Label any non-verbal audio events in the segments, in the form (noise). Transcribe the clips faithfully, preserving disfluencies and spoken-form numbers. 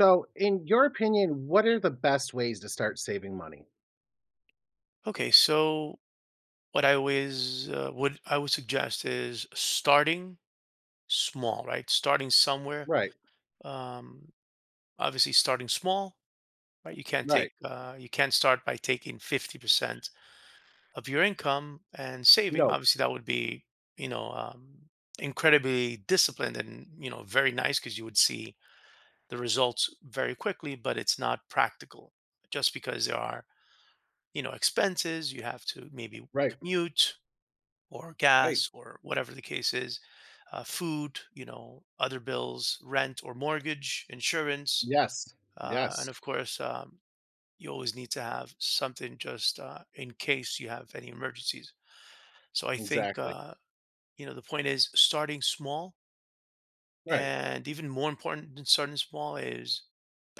So, in your opinion, what are the best ways to start saving money? Okay, so what I always uh, would I would suggest is starting small, right? Starting somewhere. Right, Um, obviously, starting small, right? You can't take right. uh, you can't start by taking fifty percent of your income and saving. No, Obviously, that would be you know um, incredibly disciplined and you know very nice because you would see the results very quickly. But it's not practical just because there are you know expenses. You have to maybe right, commute or right. gas or whatever the case is, uh, food, you know, other bills, rent or mortgage, insurance, Yes, uh, and yes, of course, um, you always need to have something just uh, in case you have any emergencies. So I think exactly. uh, you know the point is starting small, Right, and even more important than starting small is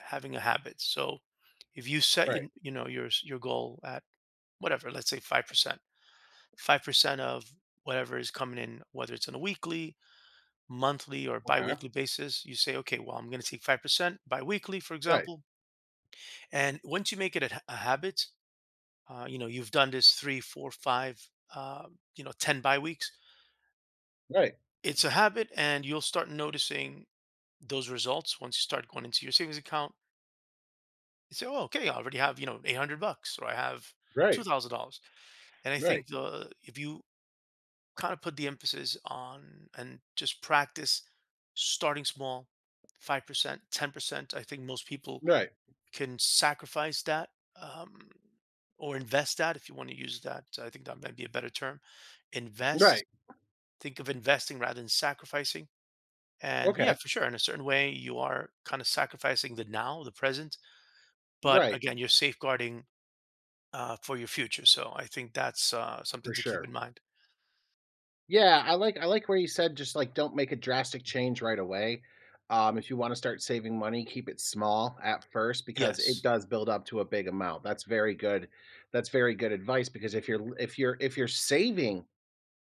having a habit. So if you set right. you, you know your s- your goal at whatever, let's say five percent, five percent of whatever is coming in, whether it's on a weekly, monthly or Okay. biweekly basis, you say, okay, well, I'm going to take five percent biweekly, for Right, example. And once you make it a, h- a habit, uh, you know, you've done this three, four, five, uh, you know, ten bi-weeks. right, It's a habit and you'll start noticing those results once you start going into your savings account. You say, oh, okay, I already have, you know, eight hundred bucks or I have right, two thousand dollars. And I right, think the, if you kind of put the emphasis on and just practice starting small, five percent ten percent. I think most people right, can sacrifice that, um, or invest that. If you want to use that, I think that might be a better term. Invest. right. Think of investing rather than sacrificing. And Okay, yeah, for sure, in a certain way you are kind of sacrificing the now, the present, but right, again, you're safeguarding, uh, for your future. So i think that's uh, something for to keep sure. in mind. Yeah, I like I like where you said just like don't make a drastic change right away. Um, if you want to start saving money, keep it small at first because it Yes. does build up to a big amount. That's very good. That's very good advice because if you're if you're if you're saving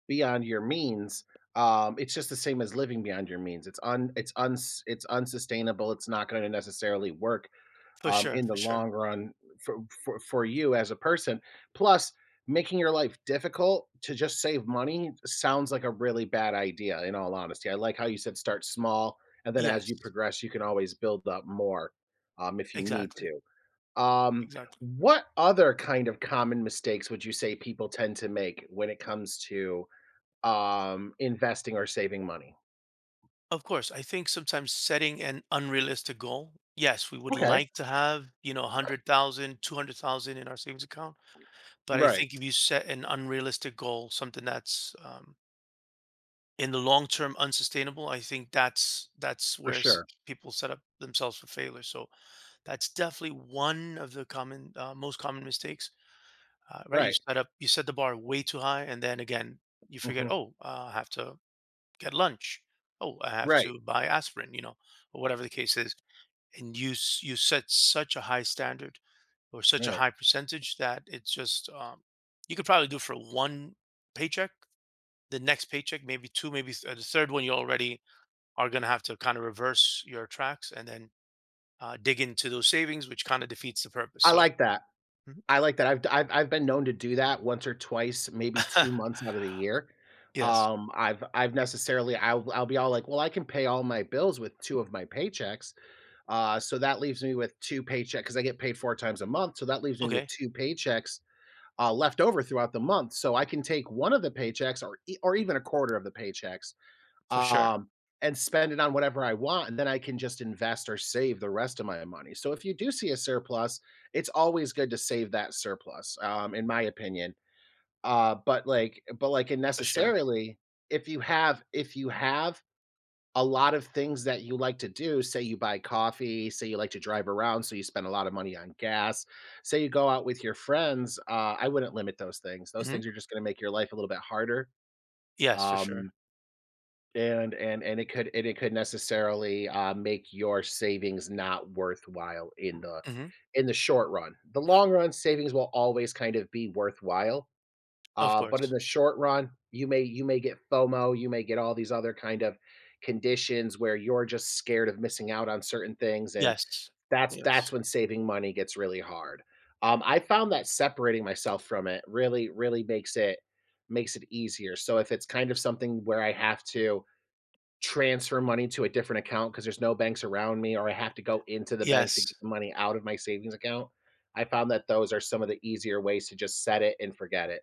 beyond your means, um, it's just the same as living beyond your means. It's un it's uns it's unsustainable. It's not going to necessarily work For um, sure, in the for sure. long run for, for for you as a person. Plus, making your life difficult to just save money sounds like a really bad idea. In all honesty, I like how you said start small, and then as Yes. you progress, you can always build up more um, if you need Exactly. to. Um, Exactly. what other kind of common mistakes would you say people tend to make when it comes to um, investing or saving money? Of course, I think sometimes setting an unrealistic goal. Yes, we would Okay. like to have, you know, one hundred thousand, two hundred thousand in our savings account. But I Right. think if you set an unrealistic goal, something that's, um, in the long term unsustainable, I think that's that's For where s- sure. people set up themselves for failure. So that's definitely one of the common, uh, most common mistakes, uh, right? You Right. set up, you set the bar way too high, and then again, you forget, Mhm. oh, uh, I have to get lunch. Oh, I have Right. to buy aspirin, you know, or whatever the case is. And you s- you set such a high standard or such a Right. high percentage that it's just, um, you could probably do it for one paycheck. The next paycheck, maybe two, maybe th- uh, the third one, you already are going to have to kind of reverse your tracks and then, uh, dig into those savings, which kind of defeats the purpose. I So, like that. mhm. I like that. I've I I've I've been known to do that once or twice, maybe two (laughs) months out of the year. Yes, Um, I've I've necessarily I'll I'll be all like, "Well, I can pay all my bills with two of my paychecks." Uh, so that leaves me with two paychecks because I get paid four times a month, so that leaves me with okay, two paychecks, uh, left over throughout the month. So I can take one of the paychecks or e or even a quarter of the paychecks for sure, um, and spend it on whatever I want, and then I can just invest or save the rest of my money. So if you do see a surplus, it's always good to save that surplus, um, in my opinion. Uh, but like, but like, and for sure. necessarily, if you have, if you have a lot of things that you like to do, say you buy coffee, say you like to drive around, so you spend a lot of money on gas, say you go out with your friends, uh, I wouldn't limit those things. Those Hmm. things are just going to make your life a little bit harder. Yes, for Um, sure. and and and it could and it could necessarily, uh, make your savings not worthwhile in the Hmm. in the short run. The long run savings will always kind of be worthwhile, Of uh, but in course. the short run, you may you may get FOMO, you may get all these other kind of conditions where you're just scared of missing out on certain things, and Yes. that's Yes. that's when saving money gets really hard. Um, I found that separating myself from it really, really makes it makes it easier. So if it's kind of something where I have to transfer money to a different account because there's no banks around me or I have to go into the bank to Yes. get the money out of my savings account. I found that those are some of the easier ways to just set it and forget it.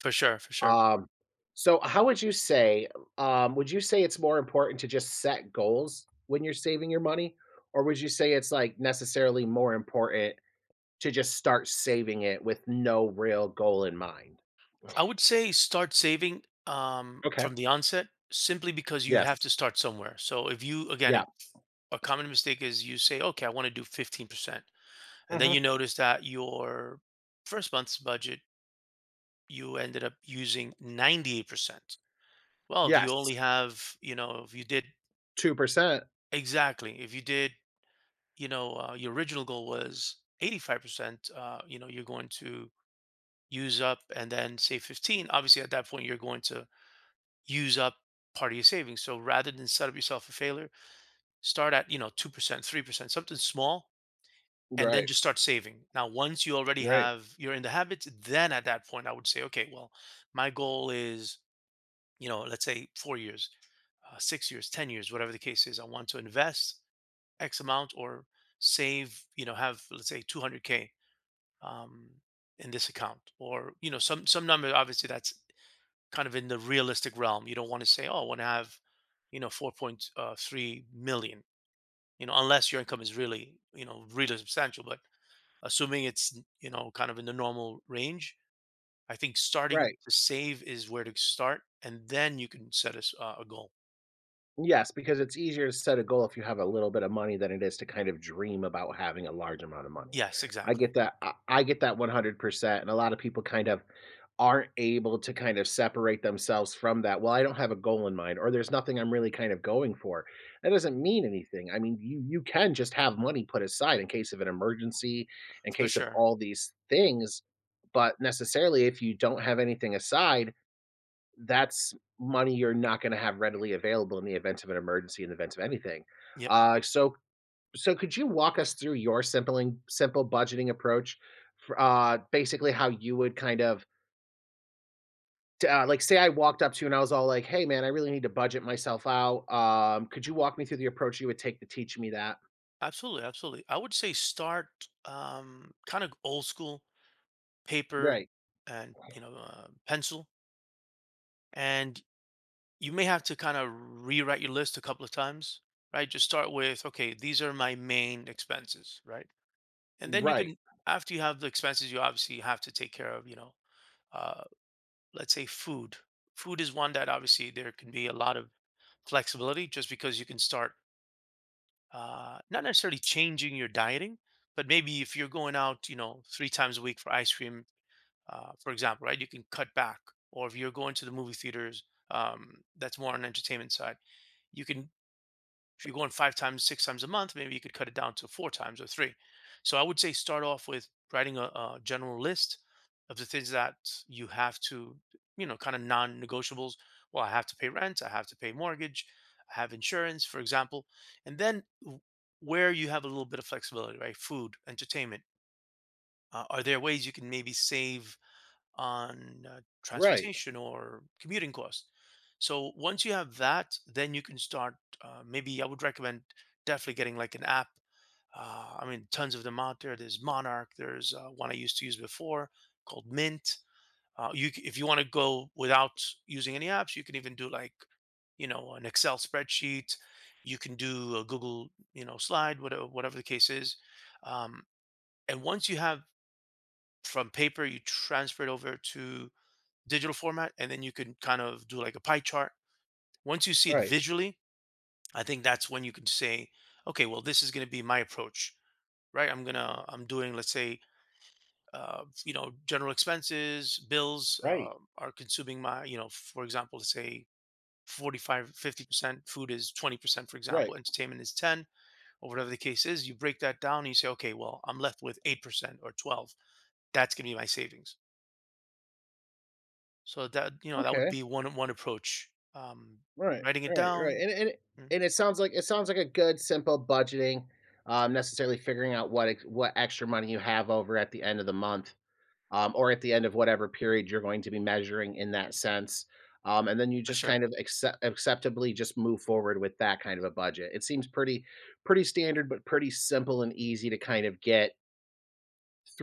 For sure, for sure. Um, so how would you say, um, would you say it's more important to just set goals when you're saving your money? Or would you say it's like necessarily more important to just start saving it with no real goal in mind? I would say start saving, um, Okay. from the onset simply because you have Yes. to start somewhere. So if you, again, Yeah. if a common mistake is you say, okay, I want to do fifteen percent, and then you Hmm. notice that your first month's budget, you ended up using ninety-eight percent. Well, if you Yes. only have, you know, if you did, two percent. exactly, if you did, you know, uh, your original goal was eighty-five percent, uh, you know, you're going to use up and then say fifteen, obviously at that point, you're going to use up part of your savings. So rather than set up yourself a failure, start at, you know, two percent, three percent, something small, and then Right. just start saving. Now, once you already Right. have, you're in the habits, then at that point, I would say, okay, well, my goal is, you know, let's say four years, uh, six years, ten years, whatever the case is. I want to invest X amount or save, you know, have, let's say two hundred k, um, in this account or, you know, some, some number, obviously that's kind of in the realistic realm. You don't want to say, "Oh, I want to have, you know, four point three million," you know, unless your income is really, you know, really substantial. But assuming it's, you know, kind of in the normal range, I think starting Right. to save is where to start, and then you can set us, uh, a goal. Yes, because it's easier to set a goal if you have a little bit of money than it is to kind of dream about having a large amount of money. Yes, I exactly, get that. I, I get that one hundred percent. And a lot of people kind of aren't able to kind of separate themselves from that. Well, I don't have a goal in mind or there's nothing I'm really kind of going for. That doesn't mean anything. I mean, you you can just have money put aside in case of an emergency, in for case of sure. all these things, but necessarily if you don't have anything aside, that's money you're not gonna have readily available in the event of an emergency, in the event of anything. Yep, Uh, so so could you walk us through your simple simple budgeting approach for, uh, basically how you would kind of t uh, like, say I walked up to you and I was all like, "Hey, man, I really need to budget myself out." Um, could you walk me through the approach you would take to teach me that? absolutely, absolutely. I would say start, um, kind of old school, paper Right. and you know uh, pencil, and you may have to kind of rewrite your list a couple of times, right? Just start with, okay, these are my main expenses, right? And then you Right. can, after you have the expenses, you obviously have to take care of, you know, uh, let's say food. Food is one that obviously there can be a lot of flexibility just because you can start, uh, not necessarily changing your dieting, but maybe if you're going out, you know, three times a week for ice cream, uh, for example, right? You can cut back. Or if you're going to the movie theaters, um, that's more on entertainment side. You can, if you're going five times, six times a month, maybe you could cut it down to four times or three. So I would say start off with writing a, a general list of the things that you have to, you know, kind of non-negotiables. Well, I have to pay rent, I have to pay mortgage, I have insurance, for example, and then w- where you have a little bit of flexibility, right? Food, entertainment. Uh, are there ways you can maybe save on uh, Right. transportation or commuting costs. So once you have that, then you can start. Uh, maybe I would recommend definitely getting like an app. Uh, I mean, tons of them out there. There's Monarch. There's uh, one I used to use before called Mint. Uh, you, c- if you want to go without using any apps, you can even do like, you know, an Excel spreadsheet. You can do a Google, you know, slide, whatever, whatever the case is. Um, and once you have, from paper, you transfer it over to digital format, and then you can kind of do like a pie chart. Once you see it Right. visually, I think that's when you can say, okay, well, this is going to be my approach, right? I'm gonna, I'm doing, let's say, uh, you know, general expenses, bills Right. uh, are consuming my, you know, for example, let's say forty-five, fifty percent, food is twenty percent, for example, Right. entertainment is ten, or whatever the case is. You break that down and you say, okay, well, I'm left with eight percent or twelve. That's going to be my savings. So that, you know, that would Okay. be one one approach. Um, Right, writing it right, right, down, and and and mhm, it sounds like it sounds like a good simple budgeting, um, necessarily figuring out what ex what extra money you have over at the end of the month, um, or at the end of whatever period you're going to be measuring in that sense, um, and then you for just kind sure, of accept acceptably just move forward with that kind of a budget. It seems pretty pretty standard, but pretty simple and easy to kind of get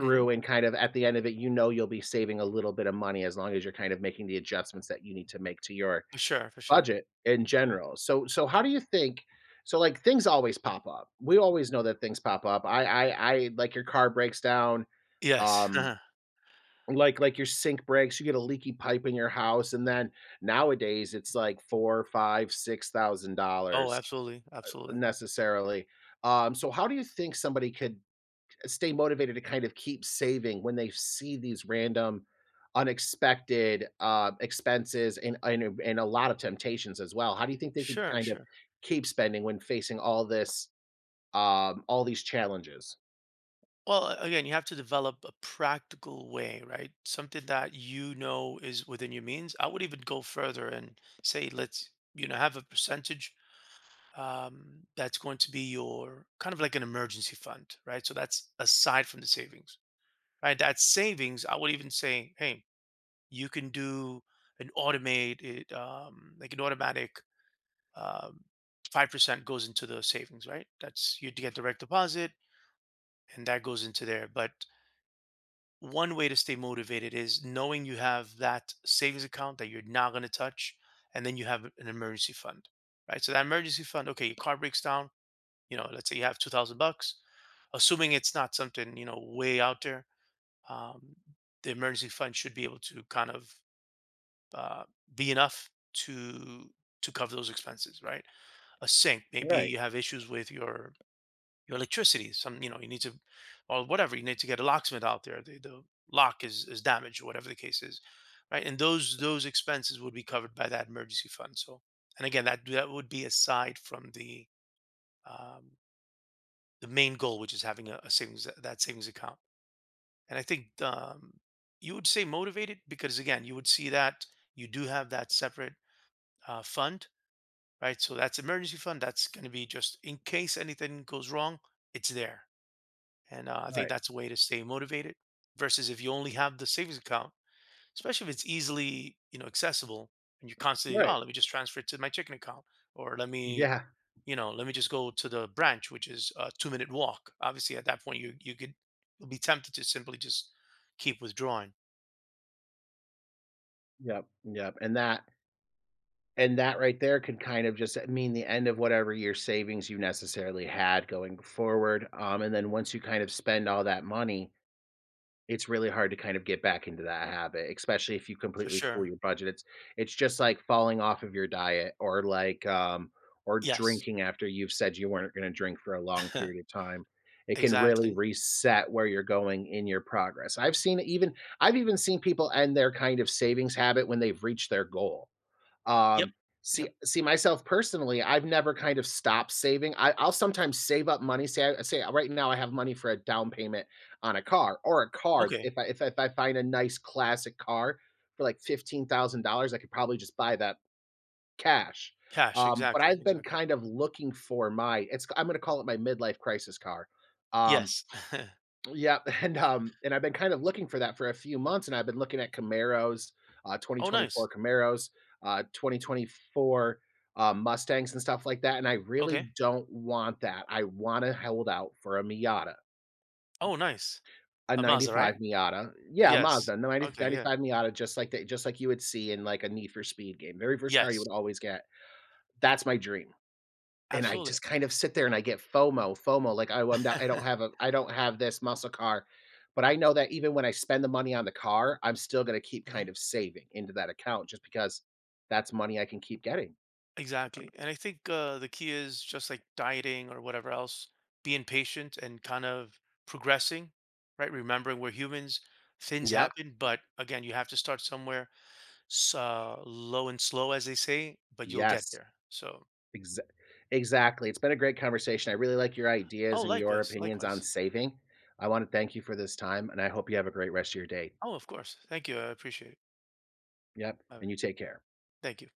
hmm, and kind of at the end of it, you know you'll be saving a little bit of money as long as you're kind of making the adjustments that you need to make to your for sure, for sure. budget in general. So so how do you think so, like, things always pop up. We always know that things pop up. I I I like, your car breaks down, Yes. um, (laughs) like like, your sink breaks, you get a leaky pipe in your house, and then nowadays, it's like four, five, six thousand Oh, dollars absolutely, absolutely. necessarily. Um, so how do you think somebody could stay motivated to kind of keep saving when they see these random unexpected, uh, expenses and and and a lot of temptations as well? How do you think they could Sure, kind of sure. keep spending when facing all this, um, all these challenges? Well, a- again, you have to develop a practical way, right? Something that you know is within your means. I would even go further and say, let's, you know, have a percentage, um, that's going to be your kind of like an emergency fund, right? So that's aside from the savings, right? That savings, I would even say, hey, you can do an automate it, um, like an automatic, um, five percent goes into the savings, right? That's, you get direct deposit and that goes into there. But one way to stay motivated is knowing you have that savings account that you're not going to touch, and then you have an emergency fund, right? So that emergency fund, okay, your car breaks down, you know, let's say you have two thousand bucks, assuming it's not something, you know, way out there. um, the emergency fund should be able to kind of, uh, be enough to to cover those expenses, right? A sink, maybe Right, you have issues with your your electricity. Some, you know, you need to, or whatever, you need to get a locksmith out there. The, the lock is is damaged, or whatever the case is, right? And those those expenses would be covered by that emergency fund. So, and again, that that would be aside from the, um, the main goal, which is having a, a savings, that savings account. And I think, um, you would say motivated because again, you would see that you do have that separate, uh, fund, right? So that's emergency fund. That's going to be just in case anything goes wrong, it's there. And, uh, I think right, that's a way to stay motivated versus if you only have the savings account, especially if it's easily, you know, accessible, and you're constantly, right. oh, let me just transfer it to my checking account or let me, Yeah, you know, let me just go to the branch, which is a two minute walk. Obviously, at that point, you, you could, you'll be tempted to simply just keep withdrawing, yep, yep, and that and that right there could kind of just mean the end of whatever your savings you necessarily had going forward, um, and then once you kind of spend all that money. It's really hard to kind of get back into that habit, especially if you for completely (laughs) fool sure. your budget. It's it's just like falling off of your diet or like um or Yes, drinking after you've said you weren't going to drink for a long period (laughs) of time. It can really exactly. reset where you're going in your progress. I've seen it even I've even seen people end their kind of savings habit when they've reached their goal. Yep. Um, see Yep. see myself personally, I've never kind of stopped saving. I, I'll sometimes save up money. Say I say right now I have money for a down payment on a car or a car. Okay. If I if, I- if I find a nice classic car for like fifteen thousand dollars, I could probably just buy that cash. Cash. Um, but Exactly. I've been Exactly. kind of looking for my it's I'm going to call it my midlife crisis car. Um, Yes. (laughs) yeah, (laughs) and, um, and I've been kind of looking for that for a few months, and I've been looking at Camaros, uh, Oh, twenty twenty-four nice. Camaros, uh, twenty twenty-four, uh, Mustangs and stuff like that, and I really Okay. don't want that. I wanna hold out for a Miata, Oh, nice. a A Mazda, 'ninety-five right? Miata. Yeah, Yes. Mazda, ninety Okay, yeah. 'ninety-five Miata, just like that, just like you would see in, like, a Need for Speed game. Very first car you Yes, would always get. That's my dream. And I absolutely. just kind of sit there and I get FOMO, FOMO, like, "Oh, I'm not I (laughs) don't have a I don't have this muscle car." But I know that even when I spend the money on the car, I'm still gonna keep kind Mhm. of saving into that account just because that's money I can keep getting. Exactly, and I think, uh, the key is just, like, dieting or whatever else, being patient and kind of progressing, right? Remembering we're humans, things Yep. happen, but again, you have to start somewhere, s uh, low and slow, as they say, but you'll get Yes. there, so Exa exactly. It's been a great conversation. I really like your oh, ideas and your likewise, opinions on likewise. saving. I wanna thank you for this time, and I hope you have a great rest of your day. Oh, of course. Thank you, I appreciate it. Yep, and Bye-bye. you take care. Thank you.